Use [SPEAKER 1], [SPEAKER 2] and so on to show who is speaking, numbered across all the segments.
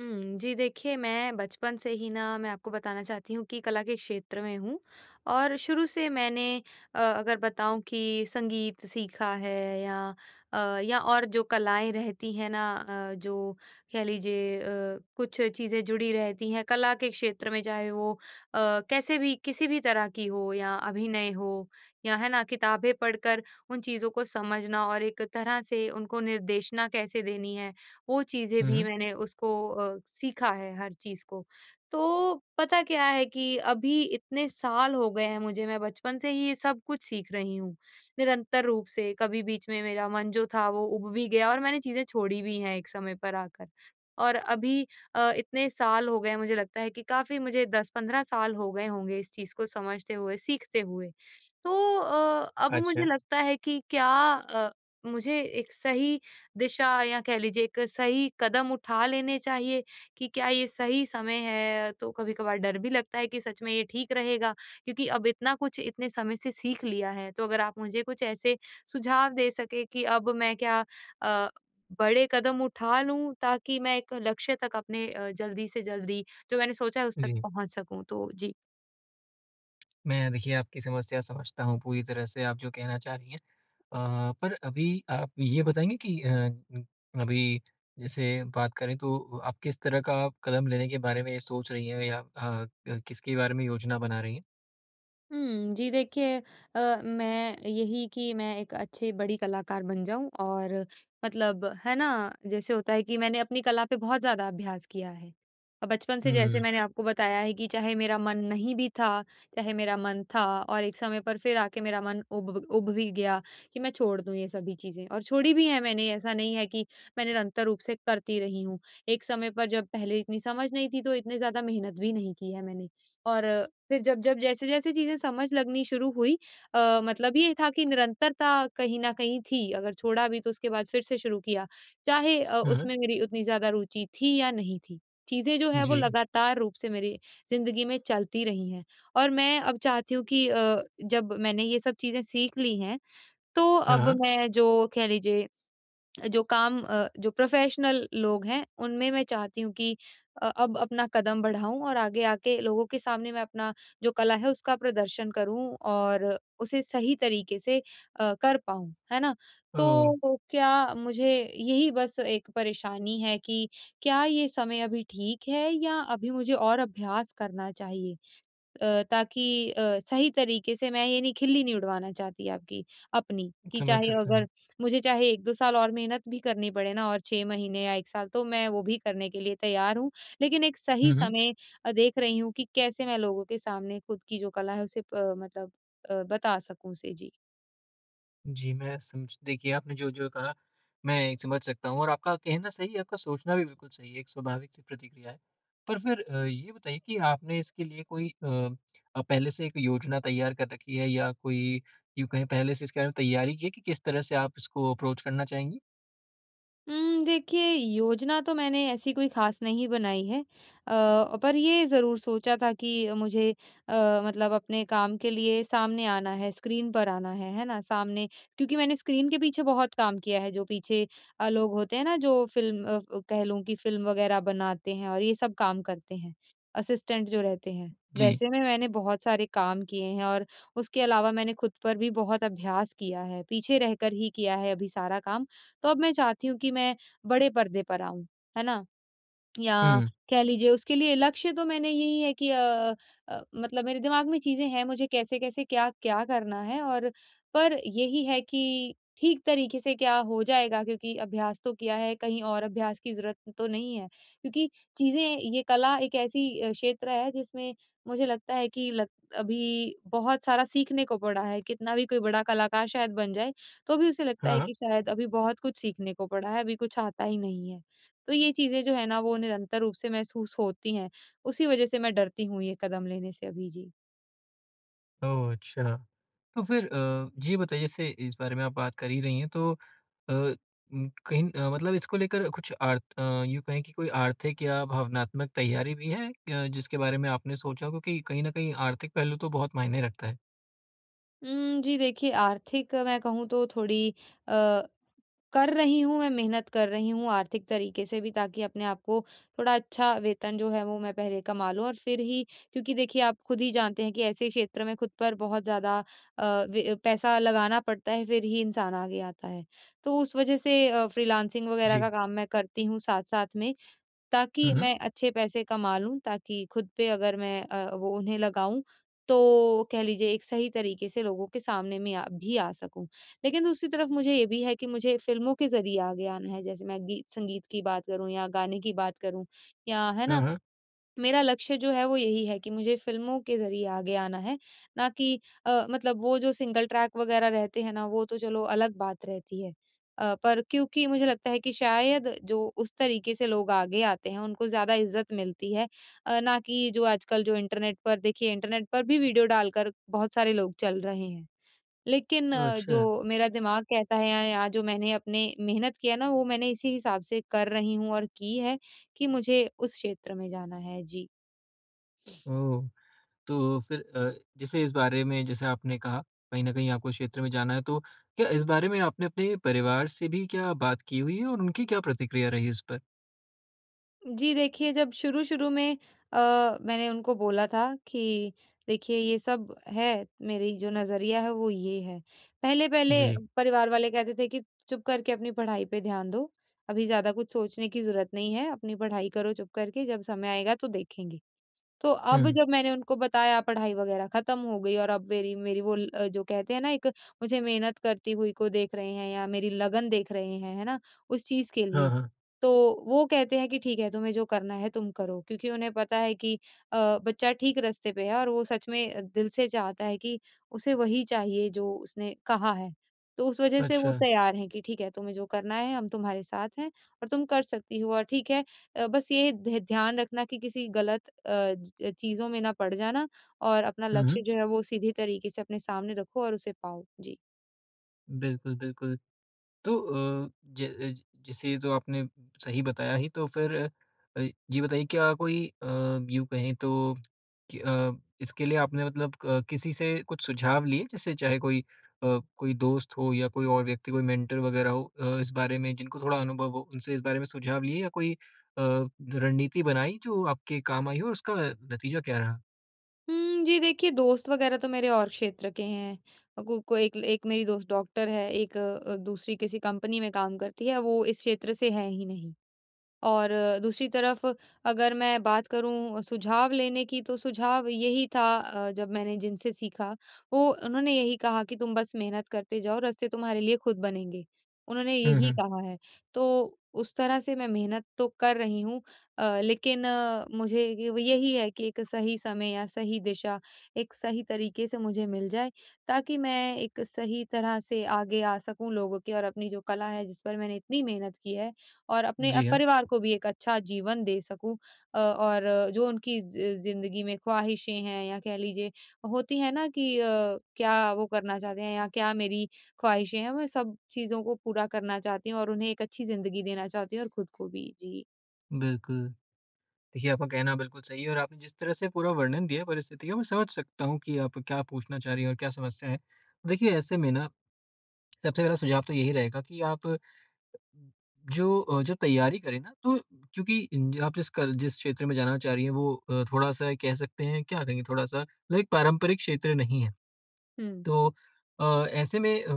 [SPEAKER 1] हुँ, जी देखिए, मैं बचपन से ही ना मैं आपको बताना चाहती हूँ कि कला के क्षेत्र में हूँ और शुरू से मैंने अगर बताऊँ कि संगीत सीखा है या अ, या और जो कलाएँ रहती हैं ना जो कह लीजिए कुछ चीज़ें जुड़ी रहती हैं कला के क्षेत्र में, चाहे वो कैसे भी किसी भी तरह की हो या अभिनय हो या है ना, किताबें पढ़कर उन चीज़ों को समझना और एक तरह से उनको निर्देशना कैसे देनी है वो चीज़ें
[SPEAKER 2] हुँ,
[SPEAKER 1] भी
[SPEAKER 2] हुँ।
[SPEAKER 1] मैंने उसको सीखा है हर चीज़ को। तो पता क्या है कि अभी इतने साल हो गए हैं मुझे, मैं बचपन से ही ये सब कुछ सीख रही हूँ, निरंतर रूप से। कभी बीच में मेरा मन जो था वो उब भी गया और मैंने चीज़ें छोड़ी भी हैं एक समय पर आकर। और अभी इतने साल हो गए हैं मुझे लगता है कि काफ़ी मुझे 10-15 साल हो गए होंगे इस चीज़ को समझते हुए, सीखते हुए। तो अब
[SPEAKER 2] अच्छा,
[SPEAKER 1] मुझे लगता है कि क्या अ, मुझे एक सही दिशा या कह लीजिए एक सही कदम उठा लेने चाहिए कि क्या ये सही समय है? तो कभी-कभार डर भी लगता है कि सच में ये ठीक रहेगा? क्योंकि अब इतना कुछ इतने समय से सीख लिया है, तो अगर आप मुझे कुछ ऐसे सुझाव दे सकें कि अब मैं क्या अ, बड़े कदम उठा लूँ ताकि मैं एक लक्ष्य तक अपने जल्दी से जल्दी जो मैंने सोचा है उस तक
[SPEAKER 2] जी।
[SPEAKER 1] पहुँच सकूँ? तो जी।
[SPEAKER 2] मैं देखिए आपकी समस्या समझता हूँ पूरी तरह से, आप जो कहना चाह रही हैं। पर अभी आप ये बताएँगे कि अभी जैसे बात करें तो आप किस तरह का आप कदम लेने के बारे में सोच रही हैं या किसके बारे में योजना बना रही हैं?
[SPEAKER 1] हुँ, जी देखिए मैं यही कि मैं एक अच्छी बड़ी कलाकार बन जाऊँ और मतलब है ना, जैसे होता है कि मैंने अपनी कला पे बहुत ज़्यादा अभ्यास किया है। बचपन से जैसे
[SPEAKER 2] हुँ,
[SPEAKER 1] मैंने आपको बताया है कि चाहे मेरा मन नहीं भी था, चाहे मेरा मन था और एक समय पर फिर आके मेरा मन उब उब भी गया कि मैं छोड़ दूँ ये सभी चीज़ें और छोड़ी भी हैं मैंने, ऐसा नहीं है कि मैं निरंतर रूप से करती रही हूँ। एक समय पर जब पहले इतनी समझ नहीं थी, तो इतने ज़्यादा मेहनत भी नहीं की है मैंने और फिर जब-जब, जैसे-जैसे चीज़ें समझ लगनी शुरू हुई मतलब ये था कि निरंतरता कहीं न कहीं थी, अगर छोड़ा भी तो उसके बाद फिर से शुरू किया, चाहे
[SPEAKER 2] हुँ, हुँ।
[SPEAKER 1] उसमें मेरी उतनी ज़्यादा रुचि थी या नहीं थी। चीज़ें जो है वो
[SPEAKER 2] जी।
[SPEAKER 1] लगातार रूप से मेरी ज़िंदगी में चलती रही हैं और मैं अब चाहती हूँ कि जब मैंने ये सब चीज़ें सीख ली हैं, तो
[SPEAKER 2] हाँ,
[SPEAKER 1] अब
[SPEAKER 2] हाँ।
[SPEAKER 1] मैं जो कह लीजिए जो काम जो प्रोफेशनल लोग हैं, उनमें मैं चाहती हूँ कि अब अपना कदम बढ़ाऊँ और आगे आके लोगों के सामने मैं अपना जो कला है उसका प्रदर्शन करूँ और उसे सही तरीके से कर पाऊँ, है ना?
[SPEAKER 2] ओह!
[SPEAKER 1] तो क्या मुझे यही बस एक परेशानी है कि क्या ये समय अभी ठीक है या अभी मुझे और अभ्यास करना चाहिए? ताकि सही तरीके से मैं ये नहीं खिल्ली नहीं उड़वाना चाहती आपकी अपनी, कि
[SPEAKER 2] समझ
[SPEAKER 1] चाहे
[SPEAKER 2] सकता
[SPEAKER 1] अगर
[SPEAKER 2] हूँ।
[SPEAKER 1] मुझे चाहे 1-2 साल और मेहनत भी करनी पड़े ना और 6 महीने या 1 साल तो मैं वो भी करने के लिए तैयार हूँ। लेकिन एक सही
[SPEAKER 2] हुँ, हुँ।
[SPEAKER 1] समय देख रही हूँ कि कैसे मैं लोगों के सामने खुद की जो कला है उसे प मतलब बता सकूँ उसे। जी।
[SPEAKER 2] जी, मैं समझ देखिए आपने जो-जो कहा, मैं समझ सकता हूँ और आपका कहना सही है, आपका सोचना भी बिल्कुल सही है, एक स्वाभाविक सी प्रतिक्रिया है। पर फिर ये बताइए कि आपने इसके लिए कोई पहले से एक योजना तैयार कर रखी है, या कोई, यूँ कहें, पहले से इसके बारे में तैयारी की है कि किस तरह से आप इसको अप्रोच करना चाहेंगी?
[SPEAKER 1] देखिए योजना तो मैंने ऐसी कोई ख़ास नहीं बनाई है। पर ये ज़रूर सोचा था कि मुझे मतलब अपने काम के लिए सामने आना है, स्क्रीन पर आना है ना? सामने क्योंकि मैंने स्क्रीन के पीछे बहुत काम किया है, जो पीछे लोग होते हैं ना जो फ़िल्म फ कह लूँ कि फ़िल्म वग़ैरह बनाते हैं और ये सब काम करते हैं, असिस्टेंट जो रहते हैं।
[SPEAKER 2] जी।
[SPEAKER 1] वैसे में मैंने बहुत सारे काम किए हैं और उसके अलावा मैंने खुद पर भी बहुत अभ्यास किया है, पीछे रहकर ही किया है अभी सारा काम। तो अब मैं चाहती हूँ कि मैं बड़े पर्दे पर आऊँ, है ना? या
[SPEAKER 2] हुँ,
[SPEAKER 1] कह लीजिए उसके लिए लक्ष्य तो मैंने यही है कि मतलब मेरे दिमाग में चीज़ें हैं, मुझे कैसे-कैसे, क्या-क्या करना है और पर यही है कि ठीक तरीके से क्या हो जाएगा क्योंकि अभ्यास तो किया है, कहीं और अभ्यास की ज़रूरत तो नहीं है। क्योंकि चीज़ें ये कला एक ऐसी क्षेत्र है जिसमें मुझे लगता है कि लग अभी बहुत सारा सीखने को पड़ा है, कितना भी कोई बड़ा कलाकार शायद बन जाए, तो भी उसे लगता
[SPEAKER 2] हाँ,
[SPEAKER 1] है कि
[SPEAKER 2] हाँ।
[SPEAKER 1] शायद अभी बहुत कुछ सीखने को पड़ा है, अभी कुछ आता ही नहीं है। तो ये चीज़ें जो है ना वो निरंतर रूप से महसूस होती हैं। उसी वज़ह से मैं डरती हूँ ये कदम लेने से अभी। जी।
[SPEAKER 2] ओह! अच्छा। तो फिर ये बताइए, जैसे इस बारे में आप बात कर ही रही हैं, तो कहीं मतलब इसको लेकर कुछ यूँ कहें कि कोई आर्थिक या भावनात्मक तैयारी भी है जिसके बारे में आपने सोचा हो? क्योंकि कहीं न कहीं आर्थिक पहलू तो बहुत मायने रखता है।
[SPEAKER 1] जी देखिए आर्थिक मैं कहूँ तो थोड़ी अ, कर रही हूँ मैं मेहनत कर रही हूँ आर्थिक तरीके से भी ताकि अपने आप को थोड़ा अच्छा वेतन जो है वो मैं पहले कमा लूँ और फिर ही क्योंकि देखिए आप खुद ही जानते हैं कि ऐसे क्षेत्र में खुद पर बहुत ज़्यादा वे पैसा लगाना पड़ता है फिर ही इंसान आगे आता है। तो उस वज़ह से फ्रीलांसिंग वग़ैरह
[SPEAKER 2] जी।
[SPEAKER 1] का काम मैं करती हूँ साथ-साथ में। ताकि
[SPEAKER 2] हुँ, हुँ।
[SPEAKER 1] मैं अच्छे पैसे कमा लूँ, ताकि खुद पे अगर मैं वो उन्हें लगाऊँ, तो कह लीजिए एक सही तरीके से लोगों के सामने में आ भी आ सकूँ। लेकिन दूसरी तरफ मुझे ये भी है कि मुझे फ़िल्मों के ज़रिए आगे आना है, जैसे मैं गीत संगीत की बात करूँ या गाने की बात करूँ या है
[SPEAKER 2] हाँ,
[SPEAKER 1] ना?
[SPEAKER 2] हाँ।
[SPEAKER 1] मेरा लक्ष्य जो है वो यही है कि मुझे फ़िल्मों के ज़रिए आगे आना है, ना कि मतलब वो जो सिंगल ट्रैक वग़ैरह रहते हैं ना, वो तो चलो अलग बात रहती है। पर क्योंकि मुझे लगता है कि शायद जो उस तरीके से लोग आगे आते हैं, उनको ज़्यादा इज़्ज़त मिलती है ना कि जो आजकल जो इंटरनेट पर देखिए इंटरनेट पर भी वीडियो डालकर बहुत सारे लोग चल रहे हैं। लेकिन
[SPEAKER 2] ओह!
[SPEAKER 1] जो
[SPEAKER 2] अच्छा।
[SPEAKER 1] मेरा दिमाग कहता है या जो मैंने अपने मेहनत किया ना, वो मैंने इसी हिसाब से कर रही हूँ और की है कि मुझे उस क्षेत्र में जाना है। जी।
[SPEAKER 2] ओह! तो फिर जैसे इस बारे में, जैसे आपने कहा, कहीं न कहीं आपको क्षेत्र में जाना है, तो क्या इस बारे में आपने अपने परिवार से भी क्या बात की हुई है और उनकी क्या प्रतिक्रिया रही इस पर?
[SPEAKER 1] जी देखिए, जब शुरू-शुरू में मैंने उनको बोला था कि देखिए ये सब है, मेरी जो नज़रिया है वो ये है। पहले-पहले
[SPEAKER 2] जी।
[SPEAKER 1] परिवार वाले कहते थे कि चुप करके अपनी पढ़ाई पे ध्यान दो, अभी ज़्यादा कुछ सोचने की ज़रूरत नहीं है, अपनी पढ़ाई करो चुप करके, जब समय आएगा तो देखेंगे। तो अब
[SPEAKER 2] हुँ।
[SPEAKER 1] जब मैंने उनको बताया पढ़ाई वगैरह खत्म हो गई और अब मेरी मेरी वो ल- जो कहते हैं ना एक मुझे मेहनत करती हुई को देख रहे हैं या मेरी लगन देख रहे हैं है ना उस चीज के
[SPEAKER 2] हाँ,
[SPEAKER 1] लिए
[SPEAKER 2] हाँ।
[SPEAKER 1] तो वो कहते हैं कि ठीक है तुम्हें जो करना है तुम करो क्योंकि उन्हें पता है कि बच्चा ठीक रास्ते पे है और वो सच में दिल से चाहता है कि उसे वही चाहिए जो उसने कहा है तो उस वजह से वो
[SPEAKER 2] अच्छा।
[SPEAKER 1] तैयार हैं कि ठीक है तुम्हें जो करना है हम तुम्हारे साथ हैं और तुम कर सकती हो और ठीक है बस ये ध्यान रखना कि किसी गलत अ, ज चीज़ों में ना पड़ जाना और अपना
[SPEAKER 2] हुँ,
[SPEAKER 1] लक्ष्य
[SPEAKER 2] हुँ।
[SPEAKER 1] जो है वो सीधे तरीके से अपने सामने रखो और उसे पाओ? जी।
[SPEAKER 2] बिल्कुल, बिल्कुल। तो अ, ज अ, जैसे तो आपने सही बताया ही, तो फिर अ, ये बताइए, क्या कोई यूँ कहें तो कि इसके लिए आपने मतलब क किसी से कुछ सुझाव लिए? जैसे चाहे कोई कोई दोस्त हो या कोई और व्यक्ति, कोई मेंटर वगैरह हो इस बारे में, जिनको थोड़ा अनुभव हो, उनसे इस बारे में सुझाव लिए या कोई रणनीति बनाई जो आपके काम आई हो, और उसका नतीजा क्या रहा?
[SPEAKER 1] हुँ, जी देखिए दोस्त वगैरह तो मेरे और क्षेत्र के हैं। को एक एक मेरी दोस्त डॉक्टर है, एक दूसरी किसी कंपनी में काम करती है, वो इस क्षेत्र से है ही नहीं। और दूसरी तरफ अगर मैं बात करूँ सुझाव लेने की तो सुझाव यही था जब मैंने जिनसे सीखा वो उन्होंने यही कहा कि तुम बस मेहनत करते जाओ रास्ते तुम्हारे लिए खुद बनेंगे। उन्होंने
[SPEAKER 2] हुँ,
[SPEAKER 1] यही
[SPEAKER 2] हुँ।
[SPEAKER 1] कहा है। तो उस तरह से मैं मेहनत तो कर रही हूँ लेकिन मुझे ये वो यही है कि एक सही समय या सही दिशा एक सही तरीके से मुझे मिल जाए ताकि मैं एक सही तरह से आगे आ सकूँ लोगों के और अपनी जो कला है जिस पर मैंने इतनी मेहनत की है और अपने
[SPEAKER 2] जी हाँ,
[SPEAKER 1] परिवार को भी एक अच्छा जीवन दे सकूँ और जो उनकी ज़िंदगी में ख्वाहिशें हैं या कह लीजिए होती है ना कि क्या वो करना चाहते हैं या क्या मेरी ख्वाहिशें हैं, मैं सब चीज़ों को पूरा करना चाहती हूँ और उन्हें एक अच्छी ज़िंदगी देना चाहती हूँ और खुद को भी। जी।
[SPEAKER 2] बिल्कुल। देखिए, आपका कहना बिल्कुल सही है और आपने जिस तरह से पूरा वर्णन दिया परिस्थिति का, मैं समझ सकता हूँ कि आप क्या पूछना चाह रही हैं और क्या समस्या है। तो देखिए, ऐसे में ना, सबसे पहला सुझाव तो यही रहेगा कि आप जब तैयारी करें ना, तो क्योंकि ज आप जिस क्षेत्र में जाना चाह रही हैं, वो थोड़ा-सा कह सकते हैं, क्या कहेंगे, थोड़ा-सा लाइक पारंपरिक क्षेत्र नहीं है।
[SPEAKER 1] हुँ,
[SPEAKER 2] तो ऐसे में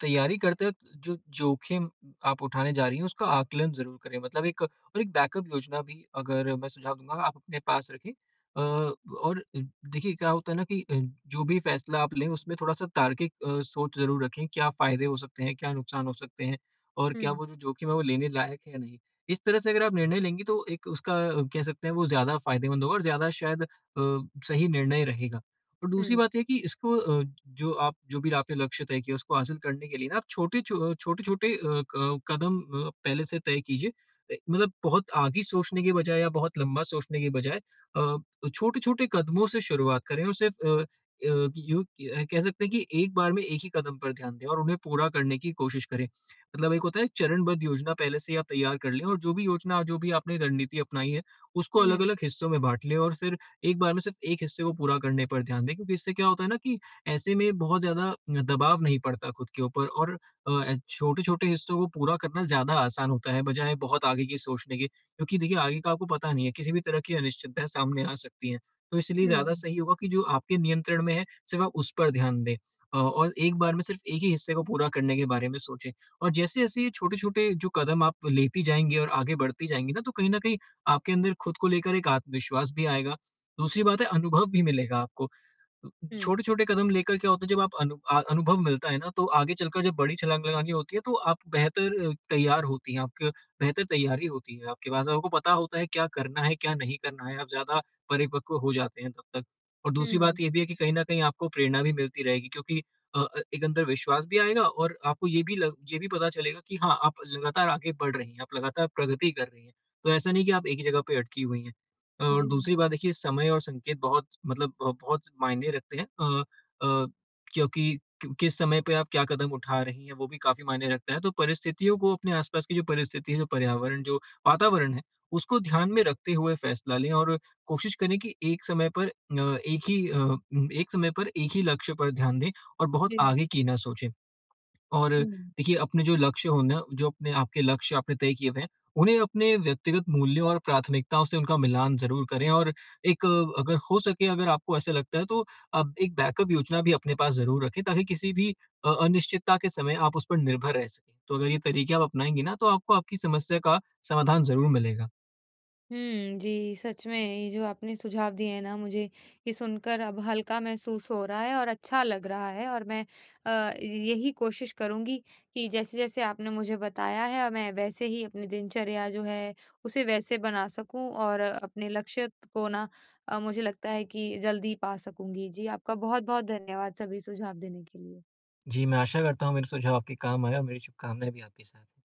[SPEAKER 2] तैयारी करते वक़्त जो जोखिम आप उठाने जा रही हैं, उसका आकलन ज़रूर करें। मतलब, एक, और एक बैकअप योजना भी, अगर मैं सुझाव दूँगा, आप अपने पास रखें। और देखिए क्या होता है ना, कि जो भी फ़ैसला आप लें उसमें थोड़ा-सा तार्किक सोच ज़रूर रखें, क्या फ़ायदे हो सकते हैं, क्या नुकसान हो सकते हैं और क्या
[SPEAKER 1] हुँ,
[SPEAKER 2] वो जो जोखिम है वो लेने लायक है या नहीं। इस तरह से अगर आप निर्णय लेंगी, तो एक उसका कह सकते हैं, वो ज़्यादा फ़ायदेमंद होगा और ज़्यादा शायद सही निर्णय रहेगा। और दूसरी
[SPEAKER 1] हुँ,
[SPEAKER 2] बात है कि इसको, जो भी आपने लक्ष्य तय किया, उसको हासिल करने के लिए ना, आप छोटे छोटे कदम पहले से तय कीजिए। मतलब, बहुत आगे सोचने के बजाय या बहुत लंबा सोचने के बजाय छोटे छोटे कदमों से शुरुआत करें और सिर्फ यूं कह सकते हैं कि एक बार में एक ही कदम पर ध्यान दें और उन्हें पूरा करने की कोशिश करें। मतलब, एक होता है चरणबद्ध योजना, पहले से ही आप तैयार कर लें, और जो भी आपने रणनीति अपनाई है उसको
[SPEAKER 1] हुँ,
[SPEAKER 2] अलग अलग हिस्सों में बांट लें और फिर एक बार में सिर्फ एक हिस्से को पूरा करने पर ध्यान दें, क्योंकि इससे क्या होता है ना, कि ऐसे में बहुत ज़्यादा दबाव नहीं पड़ता खुद के ऊपर, और छोटे-छोटे हिस्सों को पूरा करना ज़्यादा आसान होता है, बजाय बहुत आगे की सोचने के। क्योंकि देखिए, आगे का आपको पता नहीं है, किसी भी तरह की अनिश्चितताएँ सामने आ सकती हैं। तो इसलिए
[SPEAKER 1] हुँ,
[SPEAKER 2] ज़्यादा सही होगा कि जो आपके नियंत्रण में है, सिर्फ आप उस पर ध्यान दें, और एक बार में सिर्फ एक ही हिस्से को पूरा करने के बारे में सोचें। और जैसे-जैसे ये छोटे-छोटे जो कदम आप लेती जाएँगी और आगे बढ़ती जाएँगी ना, तो कहीं न कहीं आपके अंदर खुद को लेकर एक आत्मविश्वास भी आएगा। दूसरी बात है, अनुभव भी मिलेगा आपको।
[SPEAKER 1] हुँ,
[SPEAKER 2] छोटे-छोटे कदम लेकर क्या होता है, जब आप अनुभव मिलता है ना, तो आगे चलकर जब बड़ी छलाँग लगानी होती है तो आप बेहतर तैयार होती हैं, आपके बेहतर तैयारी होती है आपके पास। आपको पता होता है क्या करना है, क्या नहीं करना है, आप ज़्यादा परिपक्व हो जाते हैं तब तक। और दूसरी
[SPEAKER 1] हुँ,
[SPEAKER 2] बात ये भी है कि कहीं न कहीं आपको प्रेरणा भी मिलती रहेगी, क्योंकि एक अंदर विश्वास भी आएगा, और आपको ये भी पता चलेगा कि हाँ, आप लगातार आगे बढ़ रही हैं, आप लगातार प्रगति कर रही हैं। तो ऐसा नहीं कि आप एक ही जगह पे अटकी हुई हैं। और
[SPEAKER 1] जी,
[SPEAKER 2] दूसरी बात देखिए, समय और संकेत बहुत, मतलब बहुत मायने रखते हैं, अ, क्योंकि किस समय पे आप क्या कदम उठा रही हैं, वो भी काफी मायने रखता है, तो परिस्थितियों को, अपने आसपास की जो परिस्थिति है, जो पर्यावरण, जो वातावरण है, उसको ध्यान में रखते हुए फैसला लें, और कोशिश करें कि एक ही अ, एक समय पर एक ही लक्ष्य पर ध्यान दें, और बहुत
[SPEAKER 1] जी,
[SPEAKER 2] आगे की ना सोचें। और
[SPEAKER 1] हुँ।
[SPEAKER 2] देखिए, अपने जो लक्ष्य हों ना, जो अपने आपके लक्ष्य आपने तय किए हुए हैं, उन्हें अपने व्यक्तिगत मूल्यों और प्राथमिकताओं से उनका मिलान ज़रूर करें, और एक, अगर हो सके, अगर आपको ऐसा लगता है, तो आप एक बैकअप योजना भी अपने पास ज़रूर रखें, ताकि किसी भी अनिश्चितता के समय आप उस पर निर्भर रह सकें। तो अगर ये तरीके आप अपनाएँगी ना, तो आपको आपकी समस्या का समाधान ज़रूर मिलेगा।
[SPEAKER 1] हुँ, जी, सच में ये जो आपने सुझाव दिए हैं ना मुझे ये सुनकर अब हल्का महसूस हो रहा है और अच्छा लग रहा है और मैं यही कोशिश करूँगी कि जैसे-जैसे आपने मुझे बताया है मैं वैसे ही अपनी दिनचर्या जो है उसे वैसे बना सकूँ और अपने लक्ष्य को ना मुझे लगता है कि जल्दी पा सकूँगी। जी, आपका बहुत-बहुत धन्यवाद सभी सुझाव देने के लिए।
[SPEAKER 2] जी, मैं आशा करता हूँ मेरे सुझाव आपके काम आए और मेरी शुभकामनाएँ भी आपके साथ हैं।